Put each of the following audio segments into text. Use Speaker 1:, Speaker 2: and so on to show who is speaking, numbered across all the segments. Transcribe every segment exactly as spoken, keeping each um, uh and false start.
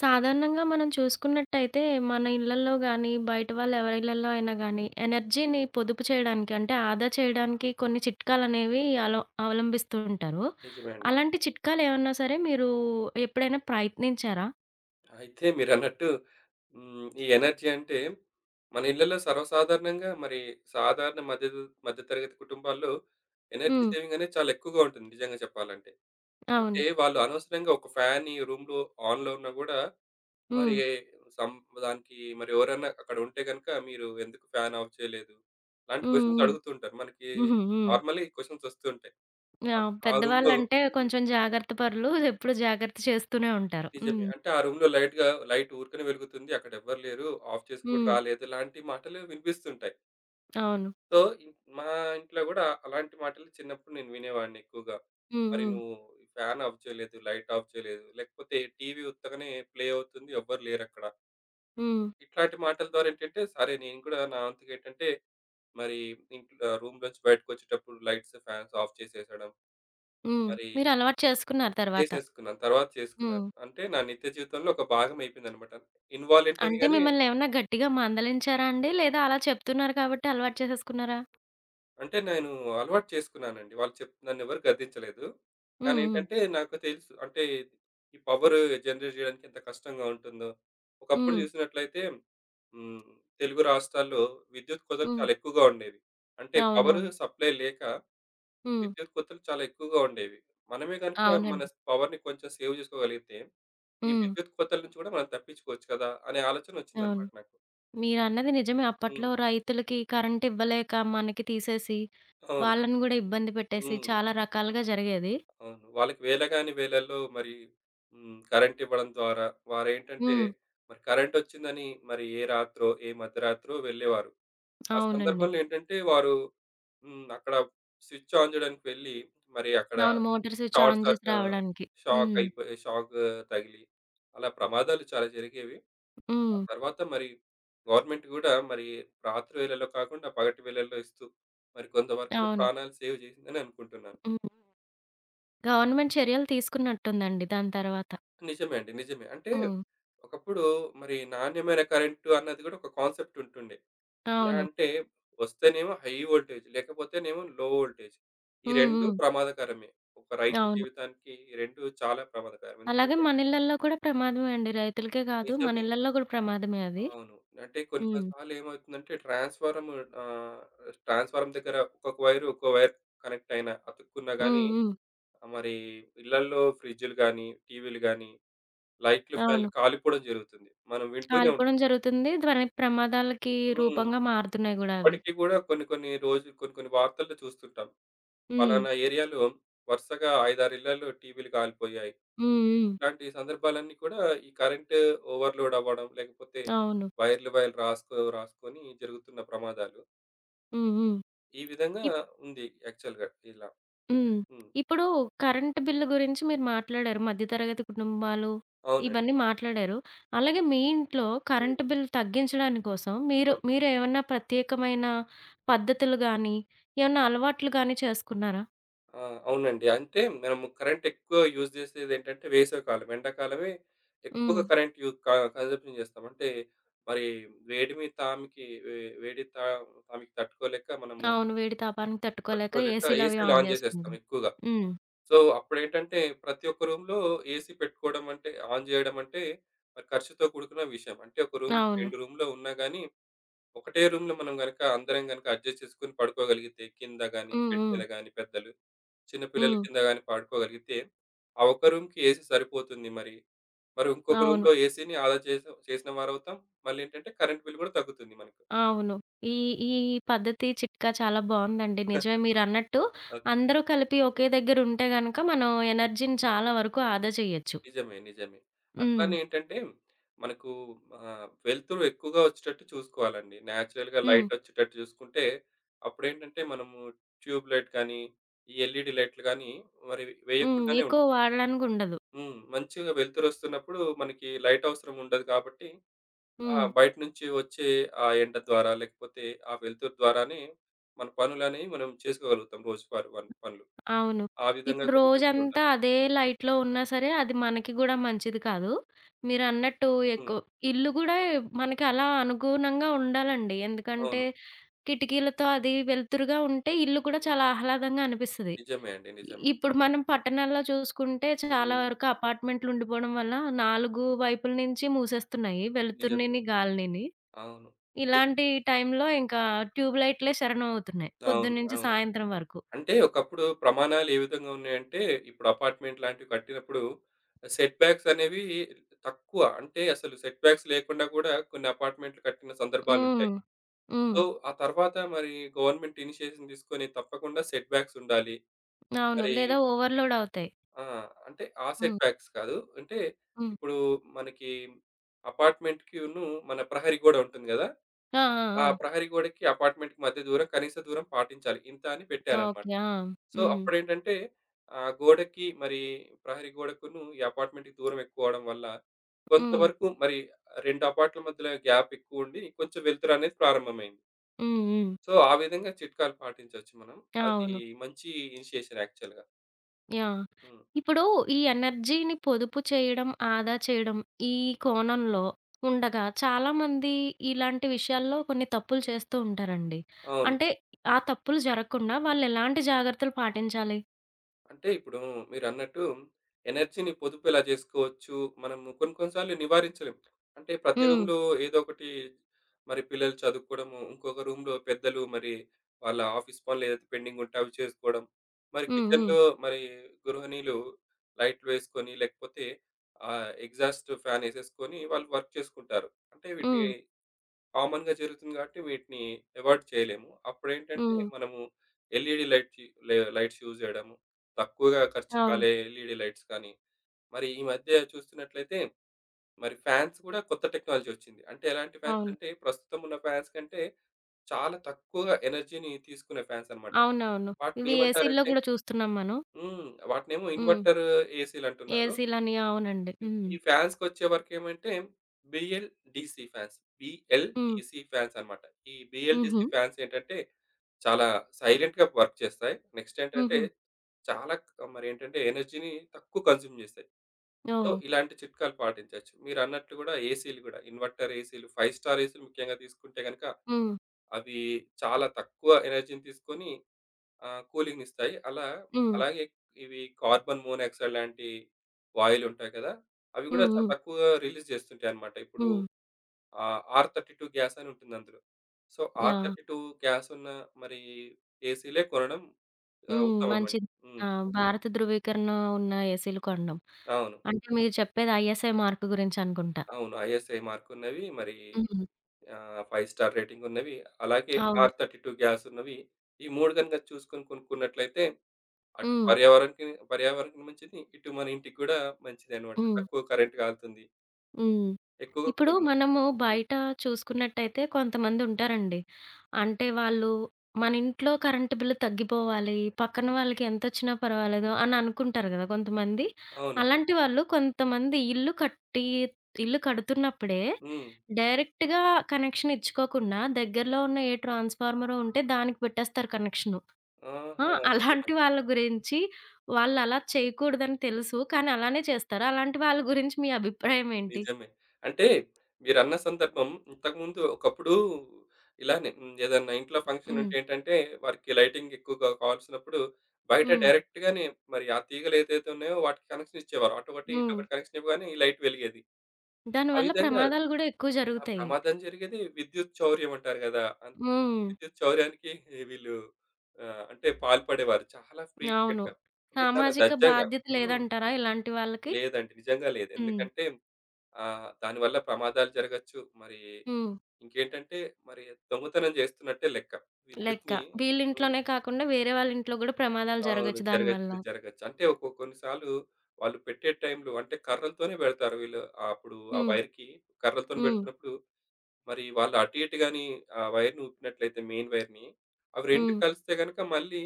Speaker 1: సాధారణంగా మనం చూసుకున్నట్టయితే మన ఇళ్ళల్లో గానీ, బయట వాళ్ళ ఎవరి ఇళ్ళల్లో అయినా గానీ, ఎనర్జీని పొదుపు చేయడానికి అంటే ఆదా చేయడానికి కొన్ని చిట్కాలనేవి అలో అవలంబిస్తూ ఉంటారు.
Speaker 2: నిజమే అండి.
Speaker 1: అలాంటి చిట్కాలేమన్నా సరే మీరు ఎప్పుడైనా ప్రయత్నించారా?
Speaker 2: అయితే మీరన్నట్టు హ్మ్. ఈ ఎనర్జీ అంటే మన ఇళ్లలో సర్వసాధారణంగా మరి సాధారణ మధ్య మధ్య తరగతి కుటుంబాల్లో ఎనర్జీ
Speaker 1: హ్మ్.
Speaker 2: సేవింగ్ అనేది చాలా ఎక్కువగా ఉంటుంది నిజంగా చెప్పాలంటే.
Speaker 1: అవును.
Speaker 2: అంటే వాళ్ళు అనవసరంగా ఒక ఫ్యాన్‌ని రూమ్‌లో ఆన్‌లో ఉన్నా గూడా మరి
Speaker 1: హ్మ్.
Speaker 2: సం దానికి మరి ఎవరైనా అక్కడ ఉంటే గనుక మీరు ఎందుకు ఫ్యాన్ ఆఫ్ చేయలేదు? ఇలాంటి
Speaker 1: హ్మ్.
Speaker 2: క్వెషన్స్
Speaker 1: హ్మ్.
Speaker 2: అడుగుతుంటారు. మనకి
Speaker 1: హుహు. హ్మ్.
Speaker 2: నార్మల్లీ క్వెషన్స్ వస్తూ ఉంటాయి.
Speaker 1: ఆ!
Speaker 2: ఆ రూమ్‌లో
Speaker 1: పెద్దవాళ్ళంటే కొంచెం జాగ్రత్త పరులు. ఎప్పుడూ జాగ్రత్త చేస్తూనే ఉంటారు.
Speaker 2: నిజమే.
Speaker 1: హ్మ్.
Speaker 2: అంటే ఆ రూమ్‌లో లైట్‌గా లైట్ గా లైట్ ఊరికనే వెలుగుతుంది. అక్కడ ఎవ్వరు లేరు. ఆఫ్ చేసి కూడా
Speaker 1: హ్మ్.
Speaker 2: రాలేదు. ఇలాంటి మాటలు వినిపిస్తుంటాయి.
Speaker 1: అవును.
Speaker 2: సో, ఇన్ మా ఇంట్లో గూడా అలాంటి మాటలు చిన్నప్పుడు నేను వినేవాడిని ఎక్కువగా.
Speaker 1: హ్మ్.
Speaker 2: మరి
Speaker 1: హ్మ్.
Speaker 2: నువ్వు ఫ్యాన్ ఆఫ్ చేయలేదు, లైట్ ఆఫ్ చేయలేదు, లేకపోతే టీవీ ఉత్తగానే ప్లే అవుతుంది. ఎవ్వరు లేరక్కడ.
Speaker 1: హ్మ్.
Speaker 2: ఇట్లాంటి మాటల ద్వారా ఏంటంటే, సరే నేను కూడా నా వంతుగా ఏంటంటే, మరి ఇంట్లో రూమ్‌లోంచి బయటకొచ్చేటప్పుడు లైట్స్, ఫ్యాన్స్ ఆఫ్ చేసేసడం.
Speaker 1: హ్మ్.
Speaker 2: మరి
Speaker 1: మీరు అలవాటు చేసుకున్నారు తర్వాత.
Speaker 2: చేసేసుకున్నాను. తర్వాత చేసుకున్నాను.
Speaker 1: హ్మ్.
Speaker 2: అంటే నా నిత్య జీవితంలో ఒక భాగం అయిపోయిందనమాట.
Speaker 1: అంటే
Speaker 2: ఇన్వాలంటరీగానే
Speaker 1: మిమ్మల్నేమన్నా గట్టిగా మందలించారా అండి? లేదా అలా చెప్తున్నారు కాబట్టి అలవాటు చేసేసుకున్నారా?
Speaker 2: అంటే నేను అలవాటు చేసుకున్నానండి. వాళ్ళు చెప్ నన్నెవరు గద్దించలేదు. కానీ
Speaker 1: హ్మ్. హ్మ్.
Speaker 2: ఏంటంటే నాకు తెలుసు అంటే ఈ పవర్ జనరేట్ జేయడానికి ఎంత కష్టంగా ఉంటుందో. ఒకప్పుడు
Speaker 1: హ్మ్.
Speaker 2: చూసినట్లయితే హ్మ్. తెలుగు రాష్ట్రాల్లో విద్యుత్ కోతలు
Speaker 1: హ్మ్.
Speaker 2: చాలా ఎక్కువగా ఉండేవి. అంటే
Speaker 1: అవునవును.
Speaker 2: పవర్ సప్లై లేక
Speaker 1: హ్మ్.
Speaker 2: విద్యుత్ కోతలు చాలా ఎక్కువగా ఉండేవి. మనమే గనుక మన
Speaker 1: అవునండి.
Speaker 2: స్ పవర్‌ని కొంచెం సేవ్ చేసుకోగలిగితే, ఈ
Speaker 1: హ్మ్.
Speaker 2: విద్యుత్ కోతల నుంచి కూడా మనం తప్పించుకోవచ్చు కదా! అనే
Speaker 1: అవును.
Speaker 2: ఆలోచనొచ్చిందనమాట నాకు.
Speaker 1: మీరన్నది నిజమే.
Speaker 2: హ్మ్.
Speaker 1: అప్పట్లో రైతులకి కరెంట్ ఇవ్వలేక మనకి తీసేసి,
Speaker 2: అవును.
Speaker 1: వాళ్ళని గూడా ఇబ్బంది పెట్టేసి
Speaker 2: హ్మ్.
Speaker 1: చాలా రకాలుగా జరిగేది.
Speaker 2: అవును. వాళ్ళకి వేళగాని వేళల్లో మరి హ్మ్. కరెంటివ్వడం ద్వారా వారేంటంటే,
Speaker 1: హ్మ్.
Speaker 2: మరి కరెంటొచ్చిందని మరి ఏ రాత్రో, ఏ మధ్యరాత్రో వెళ్ళేవారు. ఆ
Speaker 1: అవునండి.
Speaker 2: సందర్భంలో ఏంటంటే వారు హ్మ్. అక్కడ స్విచ్ ఆన్ జేయడానికి వెళ్ళి, మరి అక్కడ
Speaker 1: అవును. Motor switch
Speaker 2: short
Speaker 1: on
Speaker 2: sir
Speaker 1: జేసి
Speaker 2: ఆహ్,
Speaker 1: రావడానికి.
Speaker 2: షాక్
Speaker 1: హ్మ్.
Speaker 2: అయిపోయి షాక్ తగిలి అలా ప్రమాదాలు చాలా జరిగేవి. ఆ
Speaker 1: హ్మ్.
Speaker 2: తర్వాత మరి గవర్నమెంట్ గూడా మరి రాత్రి వేళల్లో కాకుండా పగటి వేళల్లో ఇస్తూ మరి కొంతవరకు
Speaker 1: అవును.
Speaker 2: ప్రాణాలు సేవ్ చేసిందని అనుకుంటున్నాను.
Speaker 1: హ్మ్. గవర్నమెంట్ చర్యలు తీసుకున్నట్టుందండి దాని తర్వాత.
Speaker 2: నిజమే అండి. నిజమే. అంటే
Speaker 1: హ్మ్.
Speaker 2: ఒకప్పుడు మరి నాణ్యమైన కరెంటు అన్నది గూడా ఒక కాన్సెప్ట్ ఉంటుండే. ఎలా
Speaker 1: అవును.
Speaker 2: అంటే వస్తేనేమో హై వోల్టేజ్ లేకపోతేనేమో లో వోల్టేజ్. ఈ
Speaker 1: హ్మ్.
Speaker 2: రెండూ
Speaker 1: హ్మ్.
Speaker 2: ప్రమాదకరమే. ఒక రైతు
Speaker 1: అవును.
Speaker 2: జీవితానికి రెండూ చాలా ప్రమాదకరం.
Speaker 1: అలాగే
Speaker 2: ఎందుకంటే
Speaker 1: మనీళ్ళల్లో కూడా ప్రమాదమే అండి. రైతులకే గాదు,
Speaker 2: నిజమే.
Speaker 1: మనీళ్ళల్లో గూడా ప్రమాదమే అది.
Speaker 2: అవును. అంటే కొన్ని
Speaker 1: హ్మ్.
Speaker 2: కొన్ని సార్లేమవుతుందంటే ట్రాన్స్‌ఫారమ్ ఆహ్, ట్రాన్స్‌ఫారమ్ దగ్గర ఒక్కొక్క వైరు ఒక్కో వైర్ కనెక్ట్ అయినా అతుక్కున్నా గానీ,
Speaker 1: హ్మ్. హ్మ్.
Speaker 2: మరి ఇళ్లల్లో ఫ్రిడ్జ్‌లు గానీ, టీవీలు గానీ, లైట్లు,
Speaker 1: అవును.
Speaker 2: ఫ్యాన్లు కాలిపోవడం జరుగుతుంది. మనం వింటూనే
Speaker 1: కాలిపోవడం
Speaker 2: ఉంటాం.
Speaker 1: జరుగుతుంది. ధ్వని ప్రమాదాలకి
Speaker 2: హ్మ్.
Speaker 1: రూపంగా మారుతున్నాయి గూడా అవి.
Speaker 2: ఇప్పటికి గూడా కొన్ని కొన్ని రోజు కొన్ని కొన్ని వార్తల్లో చూస్తుంటాం.
Speaker 1: హ్మ్.
Speaker 2: పలానా ఏరియాలో వరుసగా ఐదు, ఆరు ఇళ్లల్లో టీవీలు కాలిపోయాయి.
Speaker 1: హ్మ్. హ్మ్.
Speaker 2: ఇట్లాంటి సందర్భాలన్నీ కూడా ఈ కరెంట్ ఓవర్‌లోడ్ అవ్వడం, లేకపోతే
Speaker 1: అవును.
Speaker 2: వైర్లు వైర్లు రాసుకో రాసుకొని జరుగుతున్న ప్రమాదాలు.
Speaker 1: హ్మ్. హ్మ్.
Speaker 2: ఈ విధంగా
Speaker 1: ఇప్
Speaker 2: ఉంది యాక్చువల్‌గా ఇలా.
Speaker 1: హ్మ్.
Speaker 2: హ్మ్.
Speaker 1: ఇప్పుడు కరెంట్ బిల్లు గురించి మీరు మాట్లాడారు. మధ్య తరగతి కుటుంబాలు
Speaker 2: అవునండి.
Speaker 1: ఇవన్నీ మాట్లాడారు. అలాగే మీ ఇంట్లో
Speaker 2: హ్మ్.
Speaker 1: కరెంట్ బిల్ తగ్గించడాని కోసం మీరు
Speaker 2: అవును.
Speaker 1: మీరేమన్నా ప్రత్యేకమైన పద్ధతులు గానీ, ఏమన్నా అలవాట్లు గానీ చేసుకున్నారా?
Speaker 2: ఆ! అవునండి. అంటే మనము కరెంట్ ఎక్కువ యూజ్ చేసేదేంటంటే వేసవికాలం. ఎండాకాలమే ఎక్కువగా
Speaker 1: హ్మ్.
Speaker 2: కరెంట్ యూ క కన్సంప్షన్ చేస్తాం. అంటే మరి వేడిమి తామికి వే వేడి తా తామికి తట్టుకోలేక మనము
Speaker 1: అవును. వేడి తాపానికి తట్టుకోలేక
Speaker 2: తట్టుకోలేక
Speaker 1: ఏసీలవి
Speaker 2: ఏసీలు
Speaker 1: ఆన్
Speaker 2: ఆన్ చేసేస్తాం
Speaker 1: జేసుకుంటాం.
Speaker 2: ఎక్కువగా.
Speaker 1: హ్మ్.
Speaker 2: సో, అప్పుడేంటంటే ప్రతి ఒక్క రూమ్‌లో ఏసీ పెట్టుకోవడం అంటే ఆన్ చేయడం అంటే మరి ఖర్చుతో కూడుకున్న విషయం. అంటే ఒక రూమ్,
Speaker 1: అవును.
Speaker 2: రెండు రూమ్‌లో ఉన్నా గాని ఒకటే రూమ్‌లో మనం గనక అందరం గనక అడ్జస్ట్ చేసుకొని పడుకోగలిగితే కింద గాని,
Speaker 1: హ్మ్.
Speaker 2: బెడ్
Speaker 1: హ్మ్.
Speaker 2: మీద గాని పెద్దలు, చిన్న పిల్లల
Speaker 1: హ్మ్.
Speaker 2: కింద గాని పడుకోగలిగితే, ఆ ఒక్క రూమ్‌కి ఏసీ సరిపోతుంది మరి. మరి ఇంకొక
Speaker 1: అవును.
Speaker 2: రూమ్‌లో ఏసీని ఆదా చేసి చేసిన వారవుతాం. మళ్ళేంటంటే కరెంట్ బిల్ గూడా తగ్గుతుంది మనకు.
Speaker 1: అవును. ఈ ఈ పద్ధతి, చిట్కా చాలా బావుందండి. నిజమే మీరన్నట్టు
Speaker 2: ఓకే.
Speaker 1: అందరూ కలిపి ఒకే దగ్గరుంటే గనక మనం ఎనర్జీని చాలా వరకు ఆదా చేయొచ్చు.
Speaker 2: నిజమే. నిజమే.
Speaker 1: హ్మ్.
Speaker 2: అట్లానే ఏంటంటే మనకు ఆహ్, వెలుతురు ఎక్కువగా వచ్చేటట్టు చూసుకోవాలండి. నేచురల్‌గా
Speaker 1: హ్మ్.
Speaker 2: లైట్ వచ్చేటట్టు చూసుకుంటే అప్పుడేంటంటే మనము ట్యూబ్ లైట్ కానీ, ఈ ఎల్‌ఈడీ లైట్‌లు గాని మరి
Speaker 1: హ్మ్.
Speaker 2: వేయకుండానే ఉంటాయి.
Speaker 1: ఎక్కువ వాడడానికి ఉండదు.
Speaker 2: హ్మ్. మంచిగా వెలుతురొస్తున్నప్పుడు మనకి లైట్ అవసరం ఉండదు కాబట్టి, ఆ!
Speaker 1: హ్మ్.
Speaker 2: బయట నుంచి వచ్చే ఆ ఎండ ద్వారా, లేకపోతే ఆ వెలుతురు ద్వారానే మన పనులనేవి మనం చేసుకోగలుగుతాం. రోజువారీ వన్ పనులు.
Speaker 1: అవును.
Speaker 2: ఆ విధంగా
Speaker 1: ఇప్పుడు
Speaker 2: కూడా వెలుతురు
Speaker 1: రోజంతా
Speaker 2: ఉండాలి.
Speaker 1: అదే లైట్‌లో ఉన్నా సరే, అది మనకి గూడా మంచిది కాదు. మీరన్నట్టు
Speaker 2: హ్మ్.
Speaker 1: ఎక్కువ ఇల్లు గూడా మనకి అలా అనుగుణంగా ఉండాలండి. ఎందుకంటే
Speaker 2: అవును.
Speaker 1: కిటికీలతో అది వెలుతురుగా ఉంటే ఇల్లు కూడా చాలా ఆహ్లాదంగా అనిపిస్తది.
Speaker 2: నిజమే అండి. నిజమే.
Speaker 1: ఇప్పుడు మనం పట్టణాల్లో చూసుకుంటే చాలా
Speaker 2: హ్మ్.
Speaker 1: వరకు అపార్ట్‌మెంట్లు ఉండిపోవడం వల్ల నాలుగు వైపుల నుంచి మూసేస్తున్నాయి
Speaker 2: నిజమే.
Speaker 1: వెలుతురునిని, గాలినిని.
Speaker 2: అవును. అయి
Speaker 1: ఇలాంటి టైంలో ఇంకా ట్యూబ్ లైట్‌లే శరణమవుతున్నాయి
Speaker 2: అవును.
Speaker 1: పొద్దున్నుంచి
Speaker 2: అవును.
Speaker 1: సాయంత్రం వరకు.
Speaker 2: అంటే ఒకప్పుడు ప్రమాణాలు ఏ విధంగా ఉన్నాయంటే, ఇప్పుడు అపార్ట్‌మెంట్ లాంటివి కట్టినప్పుడు సెట్ బ్యాక్స్ అనేవి తక్కువ. అంటే అసలు సెట్ బ్యాక్స్ లేకుండా కూడా కొన్ని అపార్ట్‌మెంట్‌లు కట్టిన సందర్భాలుంటాయి.
Speaker 1: హ్మ్. హ్మ్.
Speaker 2: సో, ఆ తర్వాత మరి గవర్నమెంట్ ఇనిషియేషన్ తీసుకొని తప్పకుండా సెట్ బ్యాక్స్ ఉండాలి.
Speaker 1: అవును.
Speaker 2: మరి
Speaker 1: లేదా ఓవర్‌లోడ్ అవుతాయి.
Speaker 2: ఆ! అంటే ఆ సెట్
Speaker 1: హ్మ్.
Speaker 2: బ్యాక్స్ కాదు. అంటే
Speaker 1: హ్మ్.
Speaker 2: ఇప్పుడు మనకి అపార్ట్మెంట్‌కిను మన ప్రహరీ గోడ ఉంటుంది గదా!
Speaker 1: ఆ! ఆ!
Speaker 2: ఆ
Speaker 1: ఆ!
Speaker 2: ప్రహరీ గోడకి, అపార్ట్మెంట్‌కి మధ్య దూరం కనీస దూరం పాటించాలి. ఇంత అని పెట్టారన్నమాట.
Speaker 1: ఓకే. ఆ!
Speaker 2: సో,
Speaker 1: హ్మ్.
Speaker 2: అప్పుడేంటంటే ఆ గోడకి మరి ప్రహరీ గోడకును, ఈ అపార్ట్మెంట్‌కి దూరం ఎక్కువ అవ్వడం వల్ల
Speaker 1: హ్మ్.
Speaker 2: కొంతవరకు మరి రెండు అపార్ట్‌ల మధ్యలో గ్యాప్ ఎక్కువ ఉండి కొంచెం వెలుతురనేది ప్రారంభమైంది.
Speaker 1: హ్మ్. హ్మ్.
Speaker 2: సో, ఆ విధంగా చిట్కాలు పాటించొచ్చు మనం. అది
Speaker 1: అవును.
Speaker 2: మంచి ఇనిషియేషన్ యాక్చువల్‌గా.
Speaker 1: యాహ్!
Speaker 2: హ్మ్.
Speaker 1: ఇప్పుడు ఈ ఎనర్జీని పొదుపు చేయడం, ఆదా చేయడం ఈ కోణంలో ఉండగా చాలామంది ఇలాంటి విషయాల్లో కొన్ని తప్పులు చేస్తూ ఉంటారండి.
Speaker 2: అవును.
Speaker 1: అంటే ఆ తప్పులు జరగకుండా వాళ్ళు ఎలాంటి జాగ్రత్తలు పాటించాలి?
Speaker 2: అంటే ఇప్పుడు మీరన్నట్టు ఎనర్జీని పొదుపు ఎలా జేసుకోవచ్చు, మనము కొన్ని కొన్ని సార్లు నివారించలేం. అంటే ప్రతి
Speaker 1: హ్మ్.
Speaker 2: రూమ్‌లో ఏదో ఒకటి మరి పిల్లలు చదువుకోవడము, ఇంకొక రూమ్‌లో పెద్దలు మరి వాళ్ళ ఆఫీస్ పనులు ఏదైతే పెండింగ్ ఉంటే అవి చేసుకోవడం. మరి
Speaker 1: హ్మ్. హ్మ్.
Speaker 2: కిచెన్‌లో మరి గృహిణీలు లైట్లు వేసుకొని లేకపోతే ఆహ్, ఎగ్జాస్ట్ ఫ్యాన్ ఏసేసుకొని వాళ్ళు వర్క్ చేసుకుంటారు. అంటే వీటిని
Speaker 1: హ్మ్.
Speaker 2: కామన్‌గా జరుగుతుంది కాబట్టి వీటిని అవాయిడ్ చేయలేము. అప్పుడేంటంటే
Speaker 1: హ్మ్.
Speaker 2: మనము ఎల్‌ఈడీ లైట్ చీ లే లైట్స్ యూజ్ జేయడము, తక్కువగా ఖర్చు
Speaker 1: అవును.
Speaker 2: కాలే ఎల్‌ఈడీ లైట్స్ కానీ, మరి ఈ మధ్య చూస్తున్నట్లయితే మరి ఫ్యాన్స్ గూడా కొత్త టెక్నాలజీ వచ్చింది. అంటే ఎలాంటి ఫ్యాన్స్
Speaker 1: అవును.
Speaker 2: అంటే ప్రస్తుతం ఉన్న ఫ్యాన్స్ కంటే చాలా తక్కువగా ఎనర్జీని తీసుకునే ఫ్యాన్స్ అన్నమాట.
Speaker 1: అవునవును. ఇవి ఏసీల్లో
Speaker 2: వాటినేమంటారంటే
Speaker 1: గూడా చూస్తున్నాం మనం.
Speaker 2: హ్మ్. వాటినేమో
Speaker 1: హ్మ్.
Speaker 2: ఇన్వర్టర్ ఏసీలంటున్నారు.
Speaker 1: ఏసీలని. అవునండి. హ్మ్.
Speaker 2: ఈ ఫ్యాన్స్‌కొచ్చే వరకేమంటే బీఎల్‌డీసీ ఫ్యాన్స్.
Speaker 1: హ్మ్.
Speaker 2: బీఎల్‌డీసీ ఫ్యాన్స్ అన్నమాట. ఈ
Speaker 1: హుహు.
Speaker 2: బీఎల్‌డీసీ ఫ్యాన్స్ ఏంటంటే చాలా సైలెంట్‌గా వర్క్ చేస్తాయి. నెక్స్ట్ ఏంటంటే
Speaker 1: హుహు.
Speaker 2: చాలా మరేంటంటే ఎనర్జీని తక్కువ కన్జ్యూమ్ చేస్తాయి. సో,
Speaker 1: ఓహ్!
Speaker 2: ఇలాంటి చిట్కాలు పాటించొచ్చు. మీరన్నట్లు కూడా ఏసీలు కూడా ఇన్వర్టర్ ఏసీలు, ఐదు స్టార్ ఏసీలు ముఖ్యంగా తీసుకుంటే గనుక
Speaker 1: హ్మ్.
Speaker 2: అవి చాలా తక్కువ ఎనర్జీని తీసుకొని ఆహ్, కూలింగ్‌నిస్తాయి. అలా
Speaker 1: హ్మ్.
Speaker 2: అలాగే ఇవి కార్బన్ మోనాక్సైడ్ లాంటి వాయులుంటాయి కదా! అవి గూడా
Speaker 1: హ్మ్.
Speaker 2: చాలా
Speaker 1: హ్మ్.
Speaker 2: తక్కువగా రిలీజ్ చేస్తుంటాయన్నమాట. ఇప్పుడు
Speaker 1: హ్మ్.
Speaker 2: ఆహ్, 'ఆర్-ముప్పై రెండు గ్యాస్' అని ఉంటుందందులో. So,
Speaker 1: yeah!
Speaker 2: 'ఆర్-ముప్పై రెండు గ్యాస్' ఉన్న మరి ఏసీలే కొనడం ఆహ్,
Speaker 1: హ్మ్.
Speaker 2: ఉత్తమమండి.
Speaker 1: మంచిది.
Speaker 2: హ్మ్.
Speaker 1: ఆ! భారత ధృవీకరణ ఉన్న ఏసీలు కొనడం.
Speaker 2: అవును.
Speaker 1: అంటే మీరు చెప్పేది ఐఎస్ఐ మార్క్ గురించి అనుకుంటా.
Speaker 2: అవును. ఐఎస్ఐ మార్క్ ఉన్నవి మరి
Speaker 1: హ్మ్.
Speaker 2: ఆహ్, ఐదు స్టార్ రేటింగ్ ఉన్నవి. అలాగే
Speaker 1: అవును.
Speaker 2: 'ఆర్-ముప్పై రెండు గ్యాస్' ఉన్నవి. ఈ మూడూ గనుక చూసుకొని కొనుక్కున్నట్లయితే అటు
Speaker 1: హ్మ్.
Speaker 2: పర్యావరణకి పర్యావరణానికి మంచిది. ఇటు మన ఇంటికి కూడా మంచిదనమాట.
Speaker 1: హ్మ్.
Speaker 2: తక్కువ కరెంట్ కాలుతుంది.
Speaker 1: హ్మ్.
Speaker 2: ఎక్కువగా
Speaker 1: ఇప్పుడు
Speaker 2: కూలింగ్ వస్తుంది.
Speaker 1: మనము
Speaker 2: హ్మ్.
Speaker 1: బయట చూసుకున్నట్టయితే కొంతమందుంటారండి. అంటే వాళ్ళు మన ఇంట్లో కరెంట్ బిల్లు తగ్గిపోవాలి, పక్కన వాళ్ళకి ఎంతొచ్చినా పర్వాలేదు అని అనుకుంటారు గదా! కొంతమంది.
Speaker 2: అవునండి.
Speaker 1: అలాంటి వాళ్ళు కొంతమంది ఇల్లు కట్టి ఇల్లు కడుతున్నప్పుడే
Speaker 2: హ్మ్.
Speaker 1: డైరెక్ట్‌గా కనెక్షన్ ఇచ్చుకోకుండా దగ్గరలో ఉన్న ఏ ట్రాన్స్‌ఫార్మరో ఉంటే దానికి పెట్టేస్తారు కనెక్షను. ఆ!
Speaker 2: ఆహా! నిజమే.
Speaker 1: అలాంటి వాళ్ళ గురించి వాళ్ళలా చేయకూడదని తెలుసు. కానీ అలానే చేస్తారు. అలాంటి వాళ్ళ గురించి మీ అభిప్రాయం ఏంటి?
Speaker 2: నిజమే. అంటే మీరన్న సందర్భం ఇంతకుముందు ఒకప్పుడు ఇలానే హ్మ్. ఏదన్నా ఇంట్లో ఫంక్షన్
Speaker 1: హ్మ్.
Speaker 2: ఉంటే ఏంటంటే వారికి లైటింగ్ ఎక్కువగా కావాల్సినప్పుడు బయట
Speaker 1: హ్మ్.
Speaker 2: డైరెక్ట్‌గానే మరి ఆ తీగలేదైతే ఉన్నాయో వాటికి కనెక్షన్ ఇచ్చేవారు. అటొకటి,
Speaker 1: హ్మ్.
Speaker 2: ఇటొకటి కనెక్షన్ ఇవ్వగానే ఈ లైట్ వెలిగేది. ఆ
Speaker 1: దానివల్ల
Speaker 2: విధంగా
Speaker 1: ప్రమాదాలు గూడా ఎక్కువ
Speaker 2: ఆ
Speaker 1: జరుగుతాయి.
Speaker 2: ప్రమాదం జరిగేది విద్యుత్ చౌర్యం అంటారు కదా! అన్
Speaker 1: హ్మ్.
Speaker 2: విద్యుత్ చౌర్యానికి వీళ్ళు ఆహ్, అంటే పాల్పడేవారు. చాలా
Speaker 1: అవును.
Speaker 2: ఫ్రీక్వెంట్‌గా. అంటే చాలా
Speaker 1: సామాజిక
Speaker 2: దర్జాగా.
Speaker 1: బాధ్యత
Speaker 2: హ్మ్.
Speaker 1: లేదంటారా ఇలాంటి వాళ్ళకి?
Speaker 2: లేదండి. నిజంగా లేదు.
Speaker 1: హ్మ్.
Speaker 2: ఎందుకంటే ఆహ్, దానివల్ల ప్రమాదాలు జరగచ్చు. మరి
Speaker 1: హ్మ్.
Speaker 2: ఇంకేంటంటే మరి దొంగతనం చేస్తున్నట్టే లెక్క.
Speaker 1: లెక్క.
Speaker 2: విద్యుత్‌ని హ్మ్.
Speaker 1: వీళ్ళింట్లోనే కాకుండా వేరే వాళ్ళ ఇంట్లో గూడా ప్రమాదాలు
Speaker 2: అవును.
Speaker 1: జరగొచ్చు దానివల్ల.
Speaker 2: జరగచ్చు, జరగచ్చు. అంటే ఒకొ కొన్ని సార్లు వాళ్ళు పెట్టే టైంలో అంటే కర్రలతోనే పెడతారు వీళ్ళు. అప్పుడు ఆ
Speaker 1: హ్మ్.
Speaker 2: వైర్‌కి కర్రలతోని
Speaker 1: హ్మ్.
Speaker 2: పెడుతున్నప్పుడు మరి వాళ్ళు అటు ఇటు గాని ఆ వైర్‌ని ఊపినట్లయితే మెయిన్ వైర్‌ని, అవి రెండూ
Speaker 1: హ్మ్.
Speaker 2: కలిస్తే గనుక మళ్ళీ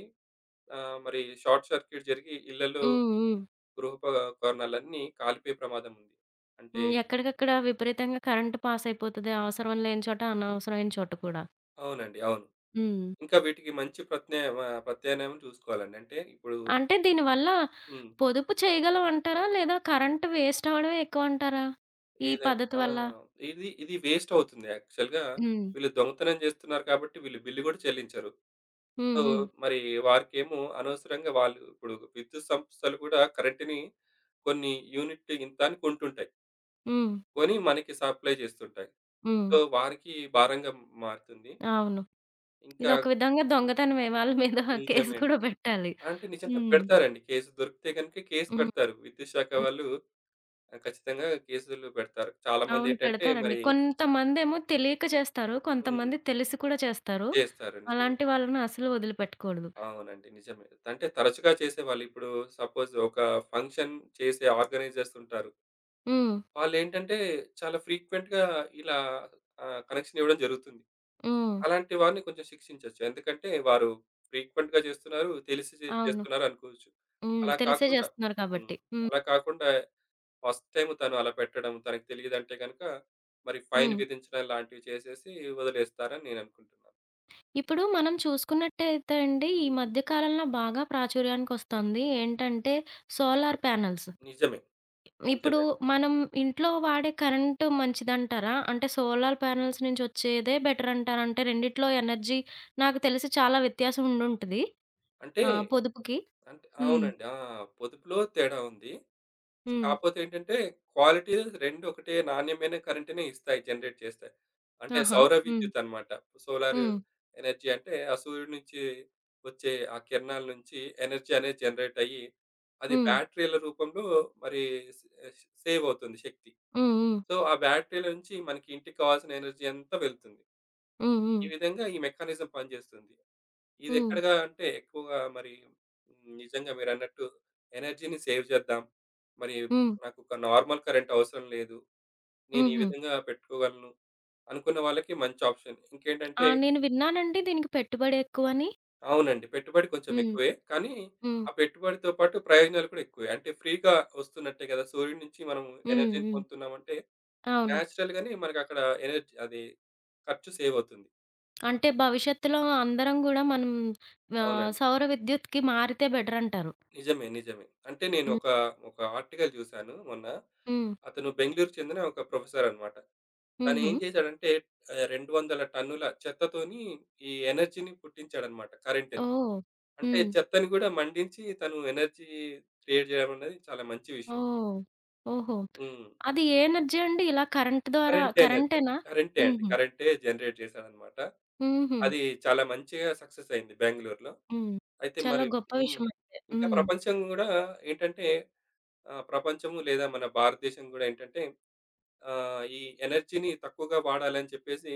Speaker 2: ఆహ్, మరి షార్ట్ సర్క్యూట్ జరిగి ఇళ్లలో
Speaker 1: హ్మ్. హ్మ్.
Speaker 2: గృహోపకరణాలన్నీ కాలిపోయే ప్రమాదం ఉంది. అంటే
Speaker 1: హ్మ్. ఎక్కడికక్కడ విపరీతంగా కరెంట్ పాస్ అయిపోతది. అవసరం లేని చోట, అనవసరమైన చోట కూడా.
Speaker 2: అవునండి. అవును.
Speaker 1: హ్మ్.
Speaker 2: ఇంకా వీటికి మంచి ప్రత్యా ఆహ్, ప్రత్యామ్నాయం చూసుకోవాలండి. అంటే ఇప్పుడు
Speaker 1: అంటే దీనివల్ల
Speaker 2: హ్మ్.
Speaker 1: పొదుపు చేయగలమంటారా? లేదా కరెంట్ వేస్ట్ అవ్వడమే ఎక్కువంటారా? ఈ
Speaker 2: ఏదం
Speaker 1: పద్ధతి
Speaker 2: ఆ!
Speaker 1: వల్ల?
Speaker 2: ఇది ఇది వేస్ట్ అవుతుంది యాక్చువల్‌గా.
Speaker 1: హ్మ్.
Speaker 2: వీళ్ళు దొంగతనం చేస్తున్నారు కాబట్టి వీళ్ళు బిల్లు కూడా చెల్లించరు.
Speaker 1: హ్మ్.
Speaker 2: సో,
Speaker 1: హ్మ్.
Speaker 2: మరి వారికేమో అనవసరంగా వాళ్ళు ఇప్పుడు విద్యుత్ సంస్థలు కూడా కరెంట్‌ని కొన్ని యూనిట్ ఇంత అని కొంటుంటాయి.
Speaker 1: హ్మ్.
Speaker 2: కొని మనకి సప్లై చేస్తుంటాయి.
Speaker 1: హ్మ్.
Speaker 2: సో, వారికి భారంగా మారుతుంది.
Speaker 1: అవును.
Speaker 2: ఇంకా
Speaker 1: ఇదొక విధంగా
Speaker 2: హ్మ్.
Speaker 1: దొంగతనమే. వాళ్ళ మీద కేస్
Speaker 2: నిజమే అండి.
Speaker 1: కూడా పెట్టాలి.
Speaker 2: అంటే నిజంగా
Speaker 1: హ్మ్.
Speaker 2: పెడతారండి కేసు దొరికితే గనుక కేసు
Speaker 1: హ్మ్.
Speaker 2: పెడతారు. విద్యుత్ శాఖ
Speaker 1: హ్మ్.
Speaker 2: వాళ్ళు ఆహ్, ఖచ్చితంగా కేసులు పెడతారు.
Speaker 1: అవును.
Speaker 2: చాలామందేంటంటే
Speaker 1: పెడతారండి.
Speaker 2: మరి
Speaker 1: కొంతమందేమో తెలియక చేస్తారు.
Speaker 2: హ్మ్.
Speaker 1: కొంతమంది తెలిసి కూడా చేస్తారు.
Speaker 2: చేస్తారు. నిజమే.
Speaker 1: అలాంటి వాళ్ళని అసలు వదిలిపెట్టకూడదు.
Speaker 2: అవునండి. నిజమే. అంటే తరచుగా చేసేవాళ్ళు. ఇప్పుడు సపోజ్ ఒక ఫంక్షన్ చేసే ఆర్గనైజర్స్ ఉంటారు.
Speaker 1: హ్మ్.
Speaker 2: వాళ్ళేంటంటే చాలా ఫ్రీక్వెంట్‌గా ఇలా ఆహ్, కనెక్షన్ ఇవ్వడం జరుగుతుంది.
Speaker 1: హ్మ్.
Speaker 2: అలాంటి వారిని కొంచెం శిక్షించొచ్చు. ఎందుకంటే వారు ఫ్రీక్వెంట్‌గా చేస్తున్నారు. తెలిసి చే
Speaker 1: అవును.
Speaker 2: చేస్తున్నారు అనుకోవచ్చు.
Speaker 1: హ్మ్.
Speaker 2: అలా
Speaker 1: తెలిసే
Speaker 2: కాకుండా
Speaker 1: చేస్తున్నారు
Speaker 2: హ్మ్.
Speaker 1: కాబట్టి. హ్మ్.
Speaker 2: అలా కాకుండా ఫస్ట్ టైమ్ తను అలా పెట్టడం తనకు తెలియదంటే గనక మరి ఫైన్
Speaker 1: హ్మ్.
Speaker 2: విధించడం లాంటివి చేసేసి వదిలేస్తారని నేను అనుకుంటున్నాను.
Speaker 1: ఇప్పుడు మనం చూసుకున్నట్టయితే అండి, ఈ
Speaker 2: హ్మ్.
Speaker 1: మధ్య కాలంలో బాగా ప్రాచుర్యానికొస్తోంది ఏంటంటే సోలార్ ప్యానెల్స్.
Speaker 2: నిజమే.
Speaker 1: ఇప్పుడు
Speaker 2: నిజమే.
Speaker 1: మనం ఇంట్లో వాడే కరెంటు మంచిదంటారా? అంటే సోలార్ ప్యానెల్స్ నుంచి వచ్చేదే బెటర్ అంటారా? అంటే రెండిట్లో ఎనర్జీ నాకు తెలిసి చాలా వ్యత్యాసం ఉండుంటది.
Speaker 2: అంటే
Speaker 1: ఆహ్, పొదుపుకి.
Speaker 2: అంటే
Speaker 1: హ్మ్.
Speaker 2: అవునండి. ఆ! పొదుపులో తేడా ఉంది.
Speaker 1: హ్మ్.
Speaker 2: కాపోతే ఏంటంటే క్వాలిటీ రెండూ ఒకటే నాణ్యమైన కరెంట్‌నే ఇస్తాయి. జనరేట్ చేస్తాయి. అంటే
Speaker 1: ఆహా!
Speaker 2: సౌర
Speaker 1: హ్మ్.
Speaker 2: విద్యుత్ అన్నమాట. సోలార్
Speaker 1: హ్మ్.
Speaker 2: ఎనర్జీ అంటే ఆ సూర్యుడి నుంచి వచ్చే ఆ కిరణాల నుంచి ఎనర్జీ అనేది జనరేట్ అయ్యి, అది
Speaker 1: హ్మ్.
Speaker 2: బ్యాటరీల రూపంలో మరి సే సేవ్ అవుతుంది శక్తి.
Speaker 1: హ్మ్. హ్మ్.
Speaker 2: సో, ఆ బ్యాటరీల నుంచి మనకి ఇంటికి కావాల్సిన ఎనర్జీ అంతా వెళ్తుంది.
Speaker 1: హ్మ్. హ్మ్.
Speaker 2: ఈ విధంగా ఈ మెకానిజం పనిచేస్తుంది.
Speaker 1: హ్మ్.
Speaker 2: ఇదెక్కడగా అంటే ఎక్కువగా మరి హ్మ్, నిజంగా మీరన్నట్టు ఎనర్జీని సేవ్ చేద్దాం. మరి
Speaker 1: హ్మ్.
Speaker 2: నాకొక నార్మల్ కరెంట్ అవసరం లేదు. నేను ఈ
Speaker 1: హుహు.
Speaker 2: విధంగా పెట్టుకోగలను అనుకున్న వాళ్ళకి మంచి ఆప్షన్. ఇంకేంటంటే
Speaker 1: ఆ! నేను విన్నానండి దీనికి పెట్టుబడి ఎక్కువని.
Speaker 2: అవునండి. పెట్టుబడి కొంచెం
Speaker 1: హ్మ్.
Speaker 2: ఎక్కువే. కానీ
Speaker 1: హ్మ్.
Speaker 2: ఆ పెట్టుబడితో పాటు ప్రయోజనాలు కూడా ఎక్కువే. అంటే ఫ్రీగా వస్తున్నట్టే కదా! సూర్యుడి నుంచి మనం
Speaker 1: హ్మ్.
Speaker 2: ఎనర్జీని
Speaker 1: హ్మ్.
Speaker 2: పొందుతున్నామంటే
Speaker 1: అవును.
Speaker 2: నేచురల్‌గానే మనకక్కడ ఎనర్జీ అది ఖర్చు సేవ్ అవుతుంది.
Speaker 1: అంటే భవిష్యత్తులో అందరం గూడా మనం ఆహ్,
Speaker 2: అవునండి.
Speaker 1: సౌర విద్యుత్‌కి మారితే బెటర్ అంటారు.
Speaker 2: నిజమే. నిజమే. అంటే నేను
Speaker 1: హ్మ్.
Speaker 2: ఒక, ఒక ఆర్టికల్ చూసాను మొన్న.
Speaker 1: హ్మ్.
Speaker 2: అతను బెంగుళూరుకి చెందిన ఒక ప్రొఫెసర్ అన్నమాట.
Speaker 1: హుహు.
Speaker 2: తనేం చేశాడంటే ఆహ్, రెండు వందల టన్నుల చెత్తతోని ఈ ఎనర్జీని పుట్టించాడన్నమాట కరెంట్‌ని.
Speaker 1: ఓహ్!
Speaker 2: అంటే
Speaker 1: హ్మ్.
Speaker 2: చెత్తని గూడా మండించి తను ఎనర్జీ క్రియేట్ చేయడం అనేది చాలా మంచి విషయం.
Speaker 1: ఓహ్! ఓహో!
Speaker 2: హ్మ్.
Speaker 1: అది ఏ ఎనర్జీ అండి? ఇలా కరెంట్ ద్వారా
Speaker 2: కరెంట్ ఎనర్జీ.
Speaker 1: కరెంటేనా?
Speaker 2: కరెంటే అండి.
Speaker 1: హుహు.
Speaker 2: కరెంటే జనరేట్ చేశాడన్నమాట.
Speaker 1: హుహు.
Speaker 2: అది చాలా మంచిగా సక్సెస్ అయింది బెంగుళూరులో.
Speaker 1: హ్మ్.
Speaker 2: అయితే
Speaker 1: చాలా
Speaker 2: మరి
Speaker 1: గొప్ప
Speaker 2: హ్మ్.
Speaker 1: విషయమైతే.
Speaker 2: ఇంకా
Speaker 1: హ్మ్.
Speaker 2: ప్రపంచం గూడా ఏంటంటే ఆహ్, ప్రపంచము లేదా మన భారతదేశం గూడా ఏంటంటే ఆహ్, ఈ ఎనర్జీని తక్కువగా వాడాలని చెప్పేసి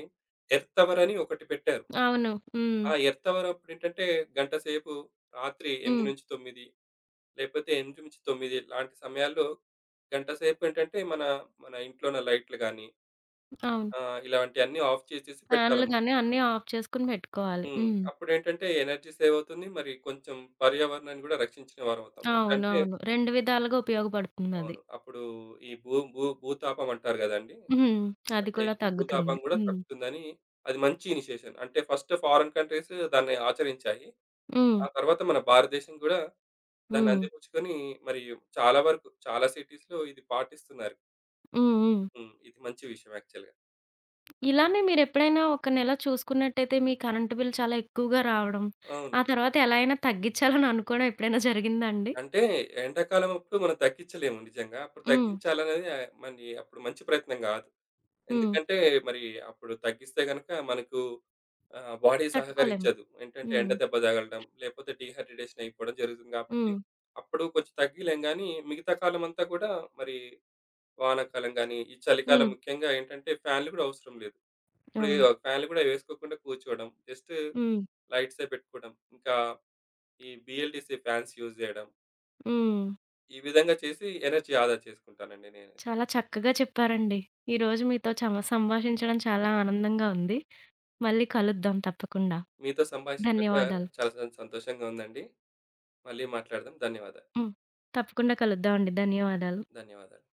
Speaker 2: ఎర్త్ అవర్ అని ఒకటి పెట్టారు.
Speaker 1: అవును. హ్మ్.
Speaker 2: ఆ ఎర్త్ అవర్ అప్పుడేంటంటే గంట సేపు రాత్రి
Speaker 1: హ్మ్.
Speaker 2: ఎనిమిది తొమ్మిది లేకపోతే ఎనిమిది తొమ్మిది లాంటి సమయాల్లో గంట సేపు ఏంటంటే మన, మన ఇంట్లో ఉన్న లైట్లు గాని
Speaker 1: అవును.
Speaker 2: ఆహ్, ఇలాంటియన్నీ ఆఫ్ చేసేసి
Speaker 1: ఫ్యాన్లు
Speaker 2: పెట్టాలన్నమాట.
Speaker 1: గాని అన్నీ ఆఫ్ చేసుకొని పెట్టుకోవాలి.
Speaker 2: హ్మ్.
Speaker 1: హ్మ్.
Speaker 2: అప్పుడేంటంటే ఎనర్జీ సేవ్ అవుతుంది. మరి కొంచెం పర్యావరణాన్ని గూడా రక్షించిన వారవుతాం. ఎట్లంటే
Speaker 1: అవునవును. రెండు విధాలుగా ఉపయోగపడుతుందది.
Speaker 2: అవును. అప్పుడు ఈ భూ భూ భూతాపం అంటారు గదండీ!
Speaker 1: హ్మ్. అది
Speaker 2: అంటే
Speaker 1: కూడా
Speaker 2: ఈ భూతాపం
Speaker 1: తగ్గుతుంది.
Speaker 2: గూడా
Speaker 1: హ్మ్.
Speaker 2: తగ్గుతుందని అది మంచి ఇనిషియేషన్. అంటే ఫస్ట్ ఫారెన్ కంట్రీస్ దాన్ని ఆచరించాయి.
Speaker 1: హ్మ్.
Speaker 2: ఆ తర్వాత మన భారతదేశం గూడా దాన్ని
Speaker 1: హ్మ్.
Speaker 2: అందిపుచ్చుకొని మరి చాలా వరకు చాలా సిటీస్‌లో ఇది పాటిస్తున్నారు.
Speaker 1: హ్మ్. హ్మ్.
Speaker 2: హ్మ్. ఇది మంచి విషయం యాక్చువల్‌గా.
Speaker 1: ఇలానే మీరెప్పుడైనా ఒక నెల చూసుకున్నట్టయితే మీ కరెంట్ బిల్ చాలా ఎక్కువగా రావడం,
Speaker 2: అవును.
Speaker 1: ఆ తర్వాత ఎలా అయినా తగ్గించాలని అనుకోవడం ఎప్పుడైనా జరిగిందా అండి?
Speaker 2: అంటే ఎండాకాలం అప్పుడు మనం తగ్గించలేము నిజంగా. అప్పుడు
Speaker 1: హ్మ్.
Speaker 2: తగ్గించాలనేది ఆహ్, మరి అప్పుడు మంచి ప్రయత్నం గాదు.
Speaker 1: హ్మ్.
Speaker 2: ఎందుకంటే మరి అప్పుడు తగ్గిస్తే గనుక మనకు ఆహ్, బాడీ
Speaker 1: తట్టుకోలేము.
Speaker 2: సహకరించదు. ఏంటంటే ఎండ
Speaker 1: హ్మ్.
Speaker 2: దెబ్బ తగలడం, లేపోతే డీహైడ్రేషన్ అయిపోవడం జరుగుతుంది కాబట్టి,
Speaker 1: హ్మ్.
Speaker 2: అప్పుడు కొంచెం తగ్గియలేం గానీ, మిగతా కాలమంతా కూడా మరి వానాకాలం గానీ, ఈ చలికాలం
Speaker 1: హ్మ్.
Speaker 2: ముఖ్యంగా ఏంటంటే ఫ్యాన్‌లు గూడా అవసరం లేదు. ఇప్పుడు
Speaker 1: ఓహ్!
Speaker 2: ఫ్యాన్‌లు గూడా వేసుకోకుండా కూర్చోవడం, జస్ట్
Speaker 1: హ్మ్.
Speaker 2: లైట్సే పెట్టుకోవడం, ఇంకా ఈ బిఎల్‌డిసి ఫ్యాన్స్ యూజ్ జేయడం.
Speaker 1: హ్మ్.
Speaker 2: ఈ విధంగా చేసి ఎనర్జీ ఆదా చేసుకుంటానండి నేనైతే.
Speaker 1: చాలా చక్కగా చెప్పారండి. ఈరోజు మీతో చమ సంభాషించడం చాలా ఆనందంగా ఉంది. మళ్ళీ కలుద్దాం తప్పకుండా.
Speaker 2: మీతో సంభాషించాక
Speaker 1: ధన్యవాదాలు.
Speaker 2: చాలా సం సంతోషంగా ఉందండి. మళ్ళీ మాట్లాడదాం. ధన్యవాదాలు.
Speaker 1: హ్మ్. తప్పకుండా కలుద్దామండి. ధన్యవాదాలు.
Speaker 2: ధన్యవాదాలు.